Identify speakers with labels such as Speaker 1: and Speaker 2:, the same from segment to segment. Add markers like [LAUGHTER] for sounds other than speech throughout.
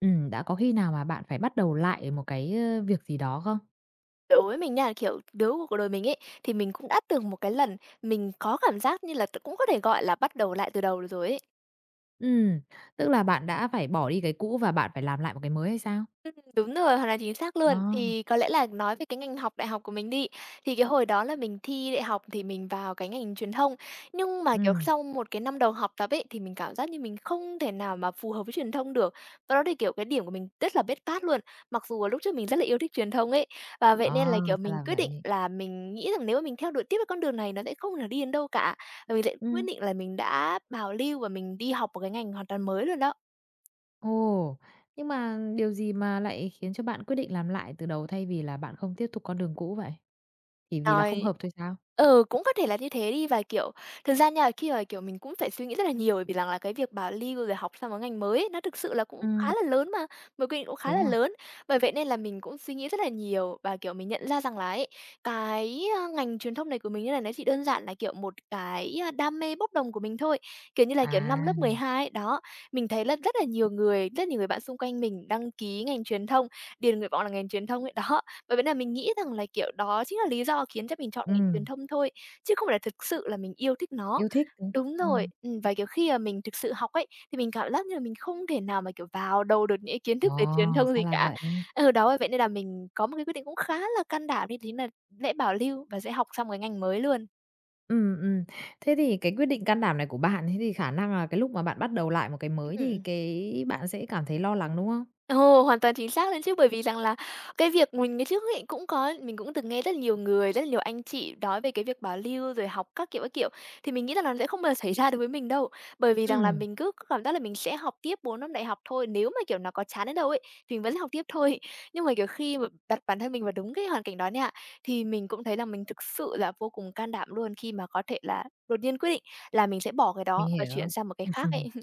Speaker 1: Ừ. Đã có khi nào mà bạn phải bắt đầu lại một cái việc gì đó không?
Speaker 2: Đối với mình nha, kiểu, đứa của đời mình ấy, thì mình cũng đã từng một cái lần mình có cảm giác như là cũng có thể gọi là bắt đầu lại từ đầu được rồi ấy.
Speaker 1: Ừ, tức là bạn đã phải bỏ đi cái cũ và bạn phải làm lại một cái mới hay sao?
Speaker 2: Đúng rồi, hoàn toàn chính xác
Speaker 1: Ờ,
Speaker 2: luôn. Thì có lẽ là nói về cái ngành học đại học của mình đi, thì cái hồi đó là mình thi đại học thì mình vào cái ngành truyền thông, nhưng mà,
Speaker 1: ừ,
Speaker 2: kiểu, sau một cái năm đầu học tập ấy, thì mình cảm giác như mình không thể nào mà phù hợp với truyền thông được. Và đó thì, kiểu, cái điểm của mình rất là bết bát luôn, mặc dù là lúc trước mình rất là yêu thích truyền thông ấy. Và vậy nên là,
Speaker 1: ờ,
Speaker 2: kiểu,
Speaker 1: ra
Speaker 2: mình
Speaker 1: là
Speaker 2: quyết định
Speaker 1: vậy.
Speaker 2: là mình nghĩ rằng nếu mà mình theo đuổi tiếp cái con đường này nó sẽ không thể đi đến đâu cả, và mình lại quyết
Speaker 1: Ừ.
Speaker 2: định là mình đã bảo lưu và mình đi học một cái ngành hoàn toàn mới luôn đó.
Speaker 1: Ồ, nhưng mà điều gì mà lại khiến cho bạn quyết định làm lại từ đầu thay vì là bạn không tiếp tục con đường cũ vậy? Chỉ vì là không
Speaker 2: Nói
Speaker 1: hợp thôi sao?
Speaker 2: ừ, cũng có thể là như thế đi. Và, kiểu, thực ra nha, khi mà, kiểu, mình cũng phải suy nghĩ rất là nhiều, bởi vì rằng là cái việc bảo lưu rồi học sang một ngành mới ấy, nó thực sự là cũng
Speaker 1: Ừ,
Speaker 2: khá là lớn mà, một quy định cũng khá
Speaker 1: đúng
Speaker 2: là
Speaker 1: rồi.
Speaker 2: lớn. Bởi vậy nên là mình cũng suy nghĩ rất là nhiều và, kiểu, mình nhận ra rằng là ấy, cái, a, ngành truyền thông này của mình như này nó chỉ đơn giản là, kiểu, một cái, a, đam mê bốc đồng của mình thôi. Kiểu như là, kiểu, năm
Speaker 1: À,
Speaker 2: lớp 12 ấy, đó, mình thấy là rất là nhiều người bạn xung quanh mình đăng ký ngành truyền thông, điền nguyện vọng là ngành truyền thông ấy, đó. Bởi vậy là mình nghĩ rằng là, kiểu, đó chính là lý do khiến cho mình chọn ngành truyền
Speaker 1: ừ,
Speaker 2: thông thôi, chứ không phải là thực sự là mình yêu thích nó.
Speaker 1: yêu thích, ừ,
Speaker 2: Đúng rồi,
Speaker 1: ừm,
Speaker 2: và, kiểu, khi mà mình thực sự học ấy, thì mình cảm giác như là mình không thể nào mà, kiểu, vào đầu được những cái kiến thức
Speaker 1: ờ,
Speaker 2: về truyền thông
Speaker 1: ra
Speaker 2: gì
Speaker 1: là
Speaker 2: cả.
Speaker 1: vậy.
Speaker 2: Ừ, đó, vậy nên là mình có một cái quyết định cũng khá là can đảm, đó chính là sẽ bảo lưu và sẽ học sang một cái ngành mới luôn.
Speaker 1: Ừm, ừm. Thế thì cái quyết định can đảm này của bạn, thế thì khả năng là cái lúc mà bạn bắt đầu lại một cái mới thì
Speaker 2: Ừm.
Speaker 1: cái bạn sẽ cảm thấy lo lắng, đúng không?
Speaker 2: Ồ, hoàn toàn chính xác luôn chứ, bởi vì rằng là cái việc mình ngày trước ấy cũng có mình cũng từng nghe rất nhiều người, rất nhiều anh chị nói về cái việc bảo lưu rồi học các kiểu, thì mình nghĩ là nó sẽ không bao giờ [LAUGHS] xảy ra đối với mình đâu. Bởi vì rằng là
Speaker 1: Ừm,
Speaker 2: mình cứ cảm giác là mình sẽ học tiếp 4 năm đại học thôi, nếu mà, kiểu, nó có chán đến đâu ấy, thì mình vẫn sẽ học tiếp thôi. [LAUGHS] Nhưng mà, kiểu, khi mà đặt bản thân mình vào đúng cái hoàn cảnh đó nha, thì mình cũng thấy là mình thực sự là vô cùng can đảm luôn khi mà có thể là đột nhiên quyết định là mình sẽ bỏ cái
Speaker 1: mình
Speaker 2: đó và chuyển
Speaker 1: hiểu.
Speaker 2: sang một cái khác
Speaker 1: [LAUGHS]
Speaker 2: ấy. [LAUGHS]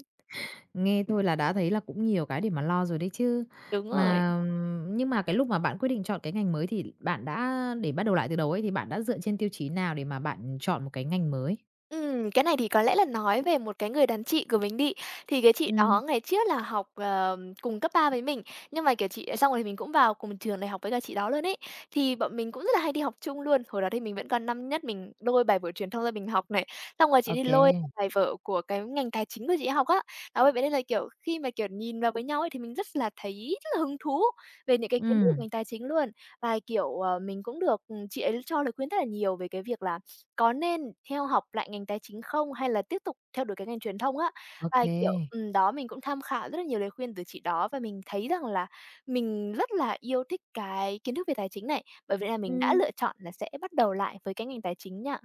Speaker 1: Nghe thôi là đã thấy là cũng nhiều cái để mà lo rồi đấy chứ.
Speaker 2: Đúng rồi.
Speaker 1: Mà nhưng mà cái lúc mà bạn quyết định chọn cái ngành mới thì bạn đã để bắt đầu lại từ đầu ấy, thì bạn đã dựa trên tiêu chí nào để mà bạn chọn một cái ngành mới?
Speaker 2: Cái này thì có lẽ là nói về một cái người đàn chị của mình đi. Thì cái chị
Speaker 1: Ừ,
Speaker 2: đó ngày trước là học, cùng cấp 3 với mình, nhưng mà, kiểu, xong rồi mình cũng vào cùng trường đại học với cả chị đó luôn ấy. Thì bọn mình cũng rất là hay đi học chung luôn. Hồi đó thì mình vẫn còn năm nhất, mình lôi bài vở truyền thông ra mình học này, xong rồi chị đi
Speaker 1: ok.
Speaker 2: lôi bài vở của cái ngành tài chính của chị học á. Đó, bởi vậy nên là, kiểu, khi mà, kiểu, nhìn vào với nhau ấy thì mình rất là thấy rất là hứng thú về những cái kiến
Speaker 1: Ừ,
Speaker 2: thức của
Speaker 1: ok.
Speaker 2: ngành tài chính luôn. Và, kiểu, ờ, mình cũng được, chị ấy cho lời khuyên rất là nhiều về cái việc là có nên theo học lại ngành tài chính không hay là tiếp tục theo đuổi cái ngành truyền thông á?
Speaker 1: Ừ.
Speaker 2: Và, kiểu, đó, mình cũng tham khảo rất là nhiều lời khuyên từ chị đó và mình thấy rằng là mình rất là yêu thích cái kiến thức về tài chính này, bởi vậy là mình đã lựa chọn là sẽ bắt đầu lại với cái ngành tài chính nha.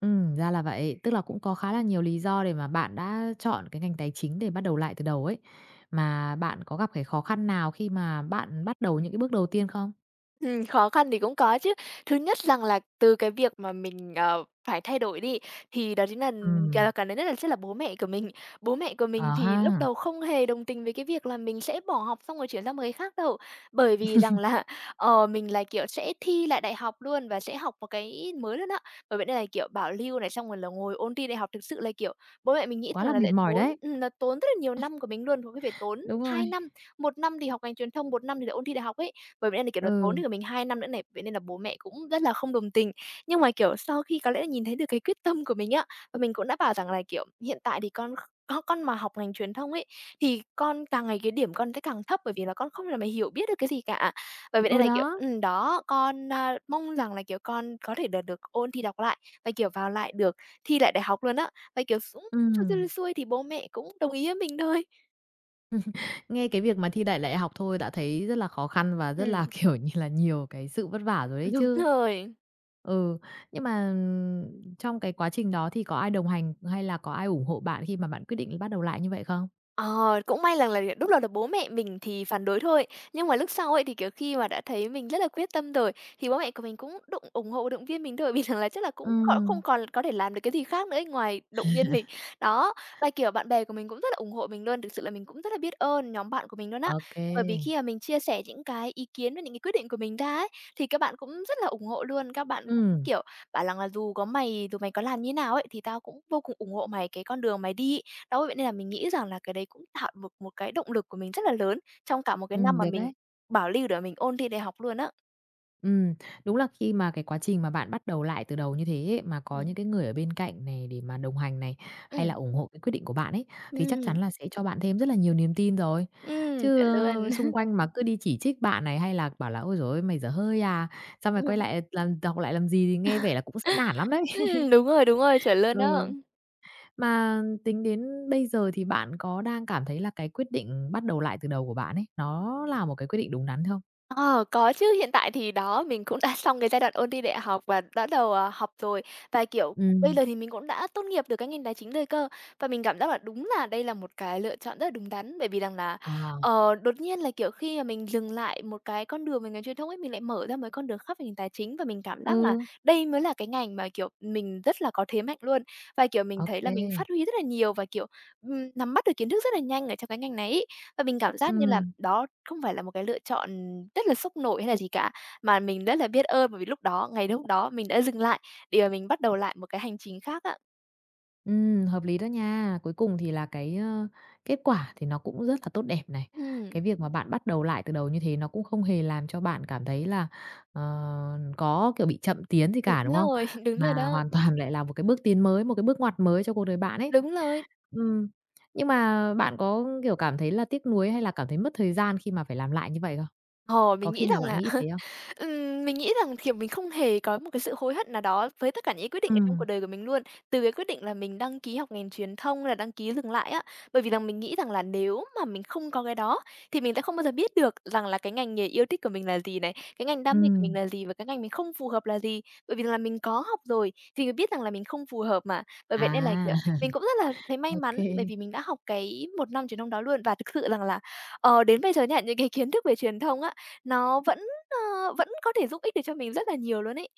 Speaker 1: Ừ, ra là vậy. Tức là cũng có khá là nhiều lý do để mà bạn đã chọn cái ngành tài chính để bắt đầu lại từ đầu ấy. Mà bạn có gặp cái khó khăn nào khi mà bạn bắt đầu những cái bước đầu tiên không?
Speaker 2: Khó khăn thì cũng có chứ. Thứ nhất rằng là từ cái việc mà mình, phải thay đổi đi, thì đó chính là
Speaker 1: Ừ,
Speaker 2: cả cảm thấy rất là sẽ là bố mẹ của mình. Bố mẹ của
Speaker 1: à
Speaker 2: mình thì lúc
Speaker 1: ha,
Speaker 2: đầu không hề đồng tình với cái việc là mình sẽ bỏ học xong rồi chuyển sang một cái khác đâu. Bởi vì rằng là, [LAUGHS] ờ, mình là, kiểu, sẽ thi lại đại học luôn và sẽ học một cái mới luôn á. Bởi vậy nên là, kiểu, bảo lưu này, xong rồi là ngồi ôn thi đại học thực sự là, kiểu, bố mẹ mình nghĩ
Speaker 1: quá
Speaker 2: rằng
Speaker 1: là
Speaker 2: là
Speaker 1: mệt
Speaker 2: lại
Speaker 1: mỏi
Speaker 2: tốn
Speaker 1: đấy.
Speaker 2: là tốn rất là nhiều năm của mình luôn, có khi phải tốn
Speaker 1: Đúng
Speaker 2: 2
Speaker 1: rồi,
Speaker 2: năm, một năm thì học ngành truyền thông, một năm thì lại ôn thi đại học ấy. Bởi vậy nên là, kiểu, nó tốn
Speaker 1: ừ,
Speaker 2: được mình 2 năm nữa này, vậy nên là bố mẹ cũng rất là không đồng tình. Nhưng mà, kiểu, sau khi có lẽ là nhìn thấy được cái quyết tâm của mình á, và mình cũng đã bảo rằng là, kiểu, hiện tại thì con kh con mà học ngành truyền thông ấy, thì con càng ngày cái điểm con sẽ càng thấp bởi vì là con không thể mà hiểu biết được cái gì cả. Bởi vậy nên
Speaker 1: ừ,
Speaker 2: là, kiểu
Speaker 1: đó.
Speaker 2: ừm, đó, con, a, mong rằng là, kiểu, con có thể là được ôn thi đọc lại và, kiểu, vào lại được thi lại đại học luôn á. Và, kiểu, cũng
Speaker 1: Ừ.
Speaker 2: xuôi xuôi xuôi thì bố mẹ cũng đồng ý với mình thôi.
Speaker 1: Nghe cái việc mà thi đại đại học thôi đã thấy rất là khó khăn và rất là,
Speaker 2: Ừm,
Speaker 1: [LAUGHS] kiểu như là, nhiều cái sự vất vả rồi
Speaker 2: [LAUGHS]
Speaker 1: đấy
Speaker 2: đúng
Speaker 1: chứ.
Speaker 2: rồi.
Speaker 1: Ừ, nhưng mà, trong cái quá trình đó thì có ai đồng hành hay là có ai ủng hộ bạn khi mà bạn quyết định bắt đầu lại như vậy không?
Speaker 2: Ờ, cũng may rằng là lúc đầu là bố mẹ mình thì phản đối thôi, nhưng mà lúc sau ấy thì, kiểu, khi mà đã thấy mình rất là quyết tâm rồi, thì bố mẹ của mình cũng ủng hộ, động viên mình thôi, [LAUGHS] vì rằng là chắc là cũng không
Speaker 1: Ừm.
Speaker 2: còn có thể làm được cái gì khác nữa ấy ngoài động viên mình. Đó, và, kiểu, bạn bè của mình cũng rất là ủng hộ mình luôn, thực sự là mình cũng rất là biết ơn nhóm bạn của mình luôn á.
Speaker 1: Ô kê.
Speaker 2: Bởi vì khi mà mình chia sẻ những cái ý kiến và những cái quyết định của mình ra ấy, thì các bạn cũng rất là ủng hộ luôn, các bạn cũng,
Speaker 1: Ừm,
Speaker 2: kiểu, bảo rằng là dù mày có làm như nào ấy, thì tao cũng vô cùng ủng hộ mày cái con đường mày đi." Đó, vậy nên là mình nghĩ rằng là cái đấy cũng tạo được một cái động lực của mình rất là lớn trong cả một cái năm mà
Speaker 1: được
Speaker 2: mình
Speaker 1: đấy.
Speaker 2: bảo lưu để mình ôn thi đại học luôn á.
Speaker 1: Ừm, đúng là khi mà cái quá trình mà bạn bắt đầu lại từ đầu như thế ấy, mà có
Speaker 2: Ừm.
Speaker 1: những cái người ở bên cạnh này để mà đồng hành này, hay là
Speaker 2: Ừm.
Speaker 1: ủng hộ cái quyết định của bạn ấy, thì chắc chắn
Speaker 2: Ừm.
Speaker 1: là sẽ cho bạn thêm rất là nhiều niềm tin rồi. Chứ,
Speaker 2: Chuẩn luôn.
Speaker 1: ơ, xung quanh mà cứ đi chỉ trích bạn này, hay là bảo là "Ôi giời ơi, mày dở hơi à, sao mày quay lại
Speaker 2: [LAUGHS]
Speaker 1: làm học lại làm gì?" thì nghe vẻ là cũng sẽ nản lắm đấy. [LAUGHS]
Speaker 2: Đúng rồi, chuẩn luôn đó.
Speaker 1: Ừ. Mà tính đến bây giờ thì bạn có đang cảm thấy là cái quyết định bắt đầu lại từ đầu của bạn ấy, nó là một cái quyết định đúng đắn không?
Speaker 2: Ờ, có chứ, hiện tại thì đó, mình cũng đã [LAUGHS] xong cái giai đoạn ôn thi đại học và đã học rồi. Và, kiểu, bây
Speaker 1: Ừm.
Speaker 2: giờ thì mình cũng đã tốt nghiệp được cái ngành tài chính rồi cơ. Và mình cảm giác là đúng là đây là một cái lựa chọn rất là đúng đắn, bởi vì rằng là,
Speaker 1: Ờ,
Speaker 2: ờ, đột nhiên là, kiểu, khi mà mình dừng lại một cái con đường về ngành truyền thông ấy, mình lại mở ra một con đường khác về ngành tài chính và mình cảm giác là
Speaker 1: ừ,
Speaker 2: đây mới là cái ngành mà, kiểu, mình rất là có thế mạnh luôn. Và, kiểu, mình
Speaker 1: ô
Speaker 2: thấy
Speaker 1: kê.
Speaker 2: là mình phát huy rất là nhiều và, kiểu, nắm bắt được kiến thức rất là nhanh ở trong cái ngành này ấy. Và mình cảm giác như là
Speaker 1: Ừm.
Speaker 2: đó không phải là một cái lựa chọn rất là sốc nổi hay là gì cả, mà mình rất là biết ơn bởi vì lúc đó mình đã dừng lại để mà mình bắt đầu lại một cái hành trình khác ạ.
Speaker 1: Hợp lý đó nha. Cuối cùng thì là cái kết quả thì nó cũng rất là tốt đẹp này.
Speaker 2: Ừm,
Speaker 1: Cái việc mà bạn bắt đầu lại từ đầu như thế nó cũng không hề làm cho bạn cảm thấy là, ờ, có, kiểu, bị chậm tiến gì
Speaker 2: đúng
Speaker 1: cả, đúng không?
Speaker 2: rồi, [LAUGHS] đúng rồi
Speaker 1: Mà
Speaker 2: đó,
Speaker 1: hoàn [LAUGHS] toàn lại là một cái bước tiến mới, một cái bước ngoặt mới cho cuộc đời bạn ấy.
Speaker 2: đúng rồi.
Speaker 1: Ừm, nhưng mà bạn có, kiểu, cảm thấy là tiếc nuối hay là cảm thấy mất thời gian khi mà phải làm lại như vậy không?
Speaker 2: Ờ, mình
Speaker 1: Có
Speaker 2: nghĩ
Speaker 1: khi nào
Speaker 2: rằng
Speaker 1: bạn
Speaker 2: là
Speaker 1: nghĩ
Speaker 2: [LAUGHS]
Speaker 1: thế không?
Speaker 2: Mình nghĩ rằng, kiểu, mình không hề có một cái sự hối hận nào đó với tất cả những quyết định ở trong cuộc
Speaker 1: Ừm,
Speaker 2: đời của mình luôn, từ cái quyết định là mình đăng ký học ngành truyền thông hay là đăng ký dừng lại á. Bởi vì rằng mình nghĩ rằng là nếu mà mình không có cái đó thì mình sẽ không bao giờ biết được rằng là cái ngành nghề yêu thích của mình là gì này, cái ngành đam mê của mình
Speaker 1: ừm.
Speaker 2: là gì và cái ngành mình không phù hợp là gì. Bởi vì là mình có học rồi thì mình biết rằng là mình không phù hợp mà. Bởi vậy nên là,
Speaker 1: À,
Speaker 2: kiểu,
Speaker 1: [LAUGHS]
Speaker 2: mình cũng rất là thấy may mắn
Speaker 1: ok.
Speaker 2: bởi vì mình đã học cái một năm truyền thông đó luôn. Và thực sự rằng là, đến bây giờ nha, những cái kiến thức về truyền thông á, nó vẫn có thể giúp ích được cho mình rất là nhiều luôn ấy.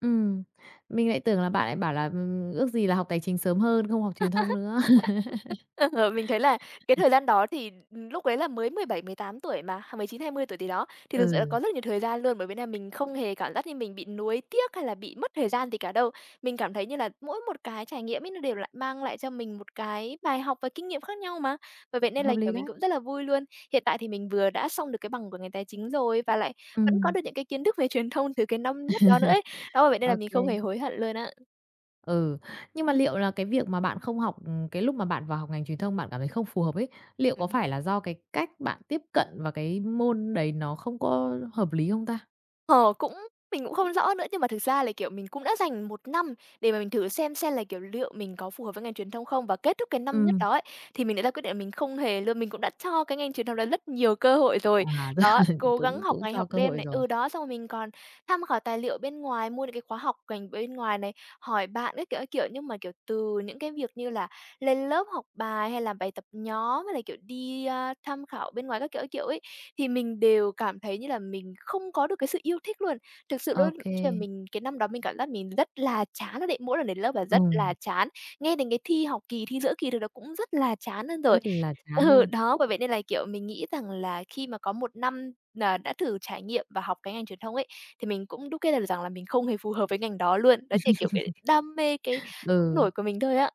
Speaker 1: Ừm, mình lại tưởng là bạn lại bảo là ước gì là học tài chính sớm hơn, không học truyền thông nữa. [LAUGHS]
Speaker 2: Ờ, mình thấy là cái thời gian đó thì, lúc đấy là mới 17 18 tuổi mà, à, 19 20 tuổi gì đó, thì thực sự là
Speaker 1: Ừ,
Speaker 2: có rất nhiều thời gian luôn, bởi vì là mình không hề cảm giác như mình bị nuối tiếc hay là bị mất thời gian gì cả đâu. Mình cảm thấy như là mỗi một cái trải nghiệm ấy nó đều lại mang lại cho mình một cái bài học và kinh nghiệm khác nhau mà. Bởi vậy nên là,
Speaker 1: hợp
Speaker 2: kiểu,
Speaker 1: lý
Speaker 2: mình
Speaker 1: đấy.
Speaker 2: cũng rất là vui luôn. Hiện tại thì mình vừa đã xong được cái bằng của ngành tài chính rồi và lại vẫn có
Speaker 1: Ừm,
Speaker 2: được những cái kiến thức về truyền thông từ cái năm nhất đó nữa ấy. Đó, bởi vậy nên
Speaker 1: ô
Speaker 2: là mình
Speaker 1: kê,
Speaker 2: không hề hối hận luôn á.
Speaker 1: ừ. Nhưng mà liệu là cái việc mà bạn không học cái lúc mà bạn vào học ngành truyền thông bạn cảm thấy không phù hợp ấy, liệu có
Speaker 2: Ừm.
Speaker 1: phải là do cái cách bạn tiếp cận và cái môn đấy nó không có hợp lý không ta?
Speaker 2: Ờ, cũng Mình cũng không rõ nữa, nhưng mà thực ra là, kiểu, mình cũng đã dành một năm để mà mình thử xem là, kiểu, liệu mình có phù hợp với ngành truyền thông không. Và kết thúc cái năm nhất
Speaker 1: Ừm,
Speaker 2: đó ấy, thì mình đã ra quyết định là mình không hề luôn. Mình cũng đã cho cái ngành truyền thông đó rất nhiều cơ hội rồi.
Speaker 1: à, [LAUGHS] tức
Speaker 2: Đó,
Speaker 1: là
Speaker 2: cố gắng
Speaker 1: cũng
Speaker 2: học
Speaker 1: cũng
Speaker 2: ngày học
Speaker 1: cho cơ
Speaker 2: đêm
Speaker 1: hội
Speaker 2: này,
Speaker 1: rồi.
Speaker 2: ừ, đó, xong rồi mình còn tham khảo tài liệu bên ngoài, mua những cái khóa học ngành bên ngoài này, hỏi bạn các kiểu, các kiểu. Nhưng mà, kiểu, từ những cái việc như là lên lớp học bài hay làm bài tập nhóm hay là, kiểu, đi, tham khảo bên ngoài các kiểu ấy, thì mình đều cảm thấy như là mình không có được cái sự yêu thích luôn. Thực sự luôn
Speaker 1: Ô kê,
Speaker 2: khi mà mình cái năm đó mình cảm giác mình rất là chán luôn ấy, mỗi lần đến lớp là rất là
Speaker 1: ừm,
Speaker 2: chán, nghe đến cái thi học kỳ, thi giữa kỳ thôi nó cũng rất là chán hơn rồi.
Speaker 1: rất là chán
Speaker 2: Ừ,
Speaker 1: luôn.
Speaker 2: đó, bởi vậy nên là, kiểu, mình nghĩ rằng là khi mà có một năm nà đã thử trải nghiệm và học cái ngành truyền thông ấy, thì mình cũng đúc kết ra được rằng là mình không hề phù hợp với ngành đó luôn. Đó chỉ kiểu, cái đam mê, cái
Speaker 1: Ừ.
Speaker 2: nổi của mình thôi á.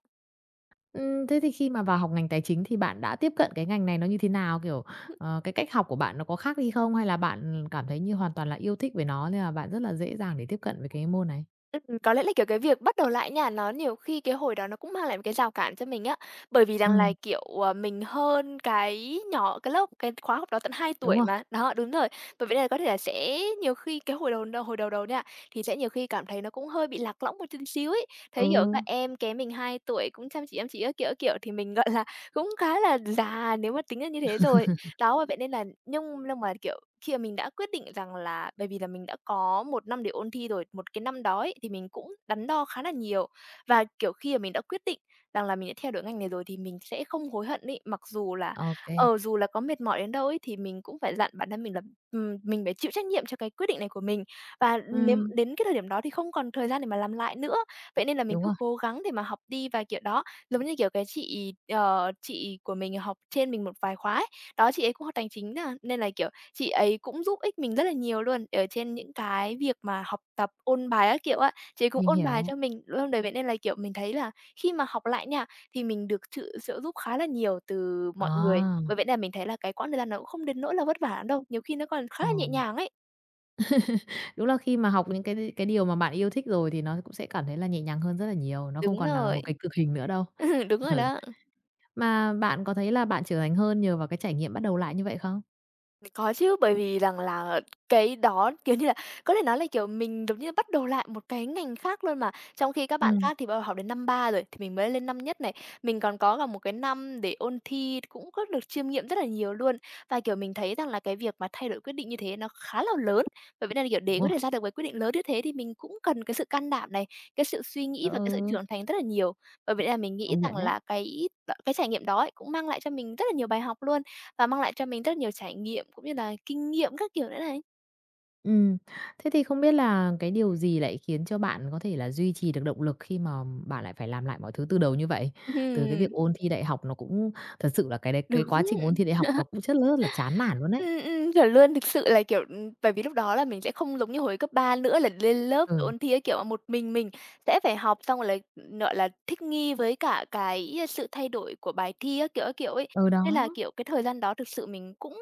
Speaker 1: Thế thì khi mà vào học ngành tài chính thì bạn đã tiếp cận cái ngành này nó như thế nào? Kiểu, cái cách học của bạn nó có khác đi không? Hay là bạn cảm thấy như hoàn toàn là yêu thích về nó nên là bạn rất là dễ dàng để tiếp cận với cái môn này?
Speaker 2: Có lẽ là, kiểu, cái việc bắt đầu lại nha, nó nhiều khi cái hồi đó nó cũng mang lại một cái rào cản cho mình á. Bởi vì rằng là,
Speaker 1: Ừm,
Speaker 2: kiểu, mình hơn cái nhỏ cái lớp cái khóa học đó tận hai
Speaker 1: đúng
Speaker 2: tuổi
Speaker 1: rồi,
Speaker 2: mà. Đó, đúng rồi. Bởi vậy nên là có thể là sẽ nhiều khi cái hồi đầu đầu nha, thì sẽ nhiều khi cảm thấy nó cũng hơi bị lạc lõng một chút xíu ấy.
Speaker 1: ừ,
Speaker 2: Thấy, kiểu, các em kém mình 2 tuổi cũng chăm chỉ các kiểu, thì mình, gọi là, cũng khá là già nếu mà tính ra như thế rồi. Đó, bởi vậy nên là nhưng mà, kiểu, khi mà mình đã quyết định rằng là bởi vì là mình đã có một năm để ôn thi rồi, một cái năm đó ấy, thì mình cũng đắn đo khá là nhiều. Và, kiểu, khi mà mình đã quyết định rằng là mình đã theo đuổi ngành này rồi thì mình sẽ không hối hận ý mặc dù là,
Speaker 1: ô
Speaker 2: dù là có mệt mỏi đến đâu ấy thì mình cũng phải dặn bản thân mình là, mình phải chịu trách nhiệm cho cái quyết định này của mình. Và nếu
Speaker 1: ừm,
Speaker 2: đến cái thời điểm đó thì không còn thời gian để mà làm lại nữa. Vậy nên là mình
Speaker 1: đúng
Speaker 2: cứ
Speaker 1: rồi,
Speaker 2: cố gắng để mà học đi và, kiểu, đó, giống như, kiểu, chị của mình học trên mình một vài khóa ấy, đó, chị ấy cũng học tài chính á, nên là, kiểu, chị ấy cũng giúp ích mình rất là nhiều luôn, ở trên những cái việc mà học tập, ôn bài các kiểu á, chị ấy cũng
Speaker 1: mình
Speaker 2: ôn bài
Speaker 1: hiểu.
Speaker 2: cho mình luôn đấy. Vậy nên là, kiểu, mình thấy là khi mà học lại nha, thì mình được sự trợ giúp khá là nhiều từ mọi người.
Speaker 1: À,
Speaker 2: Bởi vậy nên là mình thấy là cái quãng thời gian nó cũng không đến nỗi là vất vả lắm đâu, nhiều khi nó còn khá
Speaker 1: ờ,
Speaker 2: là nhẹ nhàng ấy.
Speaker 1: đúng là khi mà học những cái điều mà bạn yêu thích rồi thì nó cũng sẽ cảm thấy là nhẹ nhàng hơn rất là nhiều, nó không
Speaker 2: Đúng
Speaker 1: còn là
Speaker 2: rồi.
Speaker 1: một
Speaker 2: [LAUGHS]
Speaker 1: cái cực hình nữa đâu.
Speaker 2: Ừ, đúng
Speaker 1: [LAUGHS]
Speaker 2: rồi
Speaker 1: Ừ,
Speaker 2: đó.
Speaker 1: mà bạn có thấy là bạn trưởng thành hơn nhờ vào cái trải nghiệm bắt đầu lại như vậy không?
Speaker 2: Có chứ, bởi vì rằng là cái đó, kiểu như là, có thể nói là, kiểu, mình giống như bắt đầu lại một cái ngành khác luôn mà. Trong khi các bạn
Speaker 1: Ừm,
Speaker 2: khác thì bắt đầu học đến năm 3 rồi, thì mình mới lên năm nhất này. Mình còn có cả một cái năm để ôn thi, cũng có được chiêm nghiệm rất là nhiều luôn. Và, kiểu, mình thấy rằng là cái việc mà thay đổi quyết định như thế nó khá là lớn. Bởi vậy nên là, kiểu,
Speaker 1: đúng
Speaker 2: để có
Speaker 1: rồi,
Speaker 2: thể ra được cái quyết định lớn như thế thì mình cũng cần cái sự can đảm này, cái sự suy nghĩ
Speaker 1: ờ,
Speaker 2: và cái sự
Speaker 1: ừ.
Speaker 2: trưởng thành rất là nhiều. Bởi vậy nên là mình nghĩ
Speaker 1: Công
Speaker 2: rằng
Speaker 1: nhận đấy.
Speaker 2: là cái trải nghiệm đó ấy cũng mang lại cho mình rất là nhiều bài học luôn. Và mang lại cho mình rất nhiều trải nghiệm cũng như là kinh nghiệm các kiểu nữa này.
Speaker 1: Ừ, thế thì không biết là cái điều gì lại khiến cho bạn có thể là duy trì được động lực khi mà bạn lại phải làm lại mọi thứ từ đầu như vậy? Từ cái việc
Speaker 2: Ừm,
Speaker 1: ôn thi đại học nó cũng thật sự là cái quá trình ôn
Speaker 2: đúng.
Speaker 1: thi đại học nó cũng rất rất là chán nản luôn đấy.
Speaker 2: Chuẩn luôn. Thực sự là, kiểu, bởi vì lúc đó là mình sẽ không giống như hồi cấp 3 nữa là lên lớp rồi
Speaker 1: Ừ,
Speaker 2: ôn thi cái kiểu mà một mình sẽ phải học xong rồi là, gọi là, thích nghi với cả cái, sự thay đổi của bài thi các kiểu ấy.
Speaker 1: ừ, đó.
Speaker 2: Nên là, kiểu, cái thời gian đó thực sự mình cũng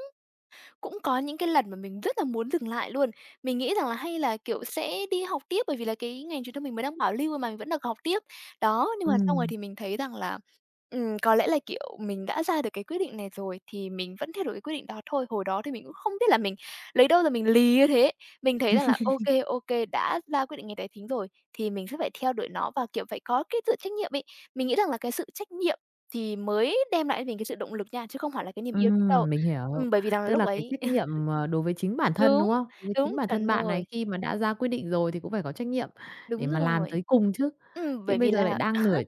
Speaker 2: Cũng có những cái lần mà mình rất là muốn dừng lại luôn. Mình nghĩ rằng là hay là, kiểu, sẽ đi học tiếp bởi vì là cái ngành truyền thông mình mới đang bảo lưu mà mình vẫn được học tiếp. Đó, nhưng
Speaker 1: Ừ.
Speaker 2: mà xong rồi thì mình thấy rằng là, có lẽ là, kiểu, mình đã ra được cái quyết định này rồi thì mình vẫn theo đuổi cái quyết định đó thôi. Hồi đó thì mình cũng không biết là mình lấy đâu ra mình lì như thế. Mình thấy rằng là ô kê, đã ra quyết định ngày tài chính rồi thì mình sẽ phải theo đuổi nó và, kiểu, phải có cái sự trách nhiệm ấy. Mình nghĩ rằng là cái sự trách nhiệm thì mới đem lại cho mình cái sự động lực nha, chứ không phải là cái niềm yêu thích đâu.
Speaker 1: Mình hiểu.
Speaker 2: Bởi vì rằng là
Speaker 1: Tức
Speaker 2: lúc
Speaker 1: là cái
Speaker 2: ấy
Speaker 1: trách nhiệm, đối với chính bản thân,
Speaker 2: Đúng,
Speaker 1: đúng không? Đối với chính
Speaker 2: đúng,
Speaker 1: bản thân
Speaker 2: chuẩn
Speaker 1: bạn
Speaker 2: rồi,
Speaker 1: này khi mà đã ra quyết định rồi thì cũng phải có trách nhiệm để
Speaker 2: đúng
Speaker 1: mà làm
Speaker 2: rồi.
Speaker 1: tới cùng chứ. Chứ
Speaker 2: Bởi
Speaker 1: bây
Speaker 2: vì
Speaker 1: giờ lại
Speaker 2: là
Speaker 1: đang nửa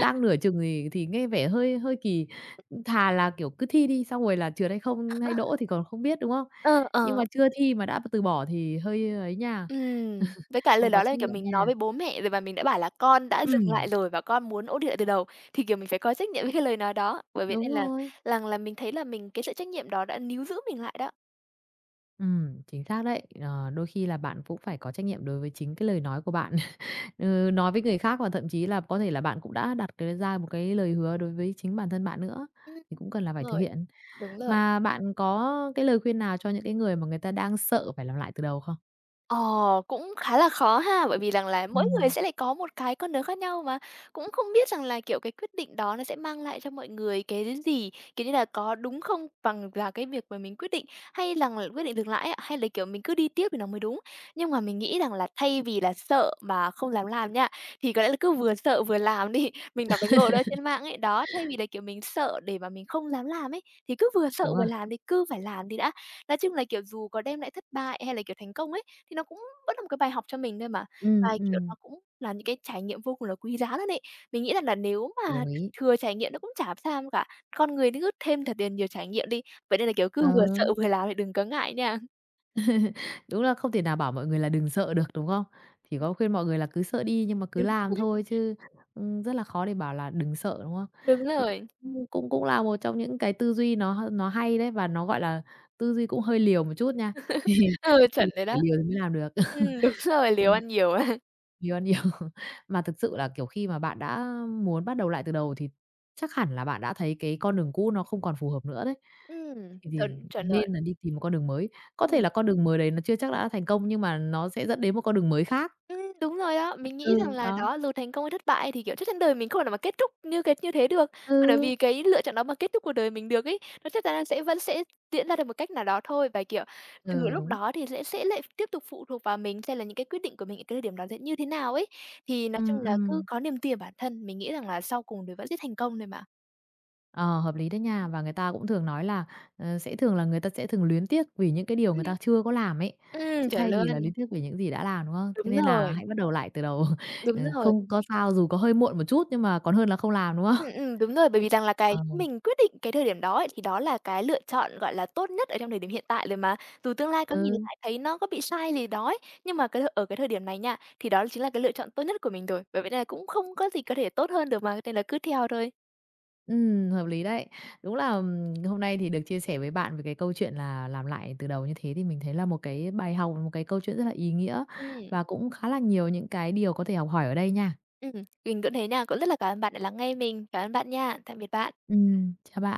Speaker 1: đang nửa chừng thì nghe vẻ hơi hơi kỳ. Thà là, kiểu, cứ thi đi, xong rồi là trượt hay không hay đỗ thì còn không biết, đúng không?
Speaker 2: ờ,
Speaker 1: Nhưng
Speaker 2: ờ,
Speaker 1: mà chưa thi mà đã từ bỏ thì hơi ấy nha,
Speaker 2: Với cả lời
Speaker 1: không có
Speaker 2: đó là,
Speaker 1: trách
Speaker 2: kiểu,
Speaker 1: nhiệm
Speaker 2: mình
Speaker 1: nha.
Speaker 2: nói với bố mẹ rồi và mình đã bảo là con đã dừng lại
Speaker 1: Ừm,
Speaker 2: rồi và con muốn ôn luyện từ đầu, thì, kiểu, mình phải có trách nhiệm với cái lời nói đó, bởi vậy
Speaker 1: đúng
Speaker 2: nên là
Speaker 1: rồi.
Speaker 2: là là mình thấy là mình cái sự trách nhiệm đó đã níu giữ mình lại đó.
Speaker 1: Chính xác đấy. Ờ, đôi khi là bạn cũng phải có trách nhiệm đối với chính cái lời nói của bạn. [LAUGHS] Ừ, nói với người khác và thậm chí là có thể là bạn cũng đã đặt cái ra một cái lời hứa đối với chính bản thân bạn nữa,
Speaker 2: Ừm,
Speaker 1: thì cũng cần là
Speaker 2: Đúng
Speaker 1: phải thực
Speaker 2: rồi,
Speaker 1: hiện.
Speaker 2: đúng rồi.
Speaker 1: Mà bạn có cái lời khuyên nào cho những cái người mà người ta đang sợ phải làm lại từ đầu không?
Speaker 2: Ờ, Cũng khá là khó ha, bởi vì rằng là mỗi người
Speaker 1: Ừm.
Speaker 2: sẽ lại có một cái con đường khác nhau mà, cũng không biết rằng là, kiểu, cái quyết định đó nó sẽ mang lại cho mọi người cái gì, kiểu như là, có đúng không bằng là cái việc mà mình quyết định, hay rằng là quyết định dừng lại ấy ạ, hay là, kiểu, mình cứ đi tiếp thì nó mới đúng. Nhưng mà mình nghĩ rằng là thay vì là sợ mà không dám làm nha, thì có lẽ là cứ vừa sợ vừa làm đi. [LAUGHS] Mình đọc cái ngồi đó trên mạng ấy, đó, thay vì là, kiểu, mình sợ để mà mình không dám làm ấy, thì cứ vừa sợ
Speaker 1: Đúng
Speaker 2: vừa
Speaker 1: không?
Speaker 2: làm đi, cứ phải làm đi đã. Nói chung là, kiểu, dù có đem lại thất bại hay là, kiểu, thành công ấy, thì nó cũng vẫn là một cái bài học cho mình thôi mà. Và,
Speaker 1: Ừm,
Speaker 2: kiểu, nó
Speaker 1: ừm.
Speaker 2: cũng là những cái trải nghiệm vô cùng là quý giá luôn ấy. Mình nghĩ rằng là nếu mà
Speaker 1: Đồng ý.
Speaker 2: thừa trải nghiệm nó cũng chả sao cả, con người cứ thêm thật là nhiều trải nghiệm đi. Vậy nên là, kiểu, cứ
Speaker 1: Ờ.
Speaker 2: vừa sợ vừa làm thì đừng có ngại nha.
Speaker 1: Đúng là không thể nào bảo mọi người là đừng sợ được, đúng không? Chỉ có khuyên mọi người là cứ sợ đi nhưng mà cứ
Speaker 2: Đúng [LAUGHS]
Speaker 1: làm
Speaker 2: rồi đấy,
Speaker 1: thôi chứ, rất là khó để bảo là đừng sợ, đúng không?
Speaker 2: đúng
Speaker 1: Thì
Speaker 2: rồi.
Speaker 1: cũng cũng cũng là một trong những cái tư duy nó hay đấy và nó, gọi là, tư duy cũng hơi liều một chút nha, [LAUGHS] thì
Speaker 2: Ừ,
Speaker 1: thì
Speaker 2: chuẩn rồi đó.
Speaker 1: phải liều thì mới làm được. [LAUGHS]
Speaker 2: Đúng rồi, liều
Speaker 1: Ừm.
Speaker 2: ăn nhiều. [LAUGHS]
Speaker 1: Nhiều, nhiều. [LAUGHS] Mà thực sự là, kiểu, khi mà bạn đã muốn bắt đầu lại từ đầu thì chắc hẳn là bạn đã thấy cái con đường cũ nó không còn phù hợp nữa đấy. Thì
Speaker 2: Chuẩn, chuẩn rồi.
Speaker 1: nên là đi tìm một con đường mới. Có thể
Speaker 2: Ừm.
Speaker 1: là con đường mới đấy nó chưa chắc đã thành công nhưng mà nó sẽ dẫn đến một con đường mới khác.
Speaker 2: Đúng rồi đó. Mình nghĩ rằng
Speaker 1: Ừ,
Speaker 2: là
Speaker 1: đó.
Speaker 2: đó, dù thành công hay thất bại thì, kiểu, chắc chắn đời mình không thể nào mà kết thúc như thế được. Bởi
Speaker 1: Ừ,
Speaker 2: vì cái lựa chọn đó mà kết thúc cuộc đời mình được ấy, nó chắc chắn là sẽ vẫn sẽ diễn ra được một cách nào đó thôi. Và, kiểu, từ
Speaker 1: ừ,
Speaker 2: lúc
Speaker 1: đúng.
Speaker 2: đó thì sẽ lại tiếp tục phụ thuộc vào mình xem là những cái quyết định của mình ở cái thời điểm đó sẽ như thế nào ấy. Thì nói
Speaker 1: Ừm,
Speaker 2: chung là cứ
Speaker 1: ừm.
Speaker 2: có niềm tin vào bản thân, mình nghĩ rằng là sau cùng thì vẫn sẽ thành công thôi mà.
Speaker 1: Ờ, hợp lý đấy nha. Và người ta cũng thường nói là người ta sẽ thường luyến tiếc vì những cái điều người
Speaker 2: Ừm,
Speaker 1: ta chưa có làm ấy,
Speaker 2: Ừm,
Speaker 1: chứ
Speaker 2: chuẩn
Speaker 1: thay vì là
Speaker 2: luôn.
Speaker 1: luyến tiếc vì những gì đã làm, đúng không? Thế
Speaker 2: Đúng
Speaker 1: nên là
Speaker 2: rồi,
Speaker 1: hãy bắt đầu lại từ đầu, [LAUGHS]
Speaker 2: đúng
Speaker 1: ừ,
Speaker 2: rồi.
Speaker 1: không có sao, dù có hơi muộn một chút nhưng mà còn hơn là không làm, đúng không?
Speaker 2: Đúng rồi, bởi vì rằng là cái
Speaker 1: Ờ,
Speaker 2: mình quyết định cái thời điểm đó ấy, thì đó là cái lựa chọn, gọi là, tốt nhất ở trong thời điểm hiện tại rồi mà. Dù tương lai có nhìn
Speaker 1: ừ,
Speaker 2: lại thấy nó có bị sai gì đó ấy, nhưng mà cái thời ở cái thời điểm này nha, thì đó chính là cái lựa chọn tốt nhất của mình rồi, bởi vậy nên là cũng không có gì có thể tốt hơn được mà, nên là cứ theo thôi.
Speaker 1: hợp lý đấy. Đúng là, hôm nay thì được chia sẻ với bạn về cái câu chuyện là làm lại từ đầu như thế thì mình thấy là một cái bài học, một cái câu chuyện rất là ý nghĩa
Speaker 2: Ừm,
Speaker 1: và cũng khá là nhiều những cái điều có thể học hỏi ở đây nha.
Speaker 2: ừm, mình cũng thế nha, cũng rất là cảm ơn bạn đã lắng nghe mình. Cảm ơn bạn nha. Tạm biệt bạn.
Speaker 1: Chào bạn.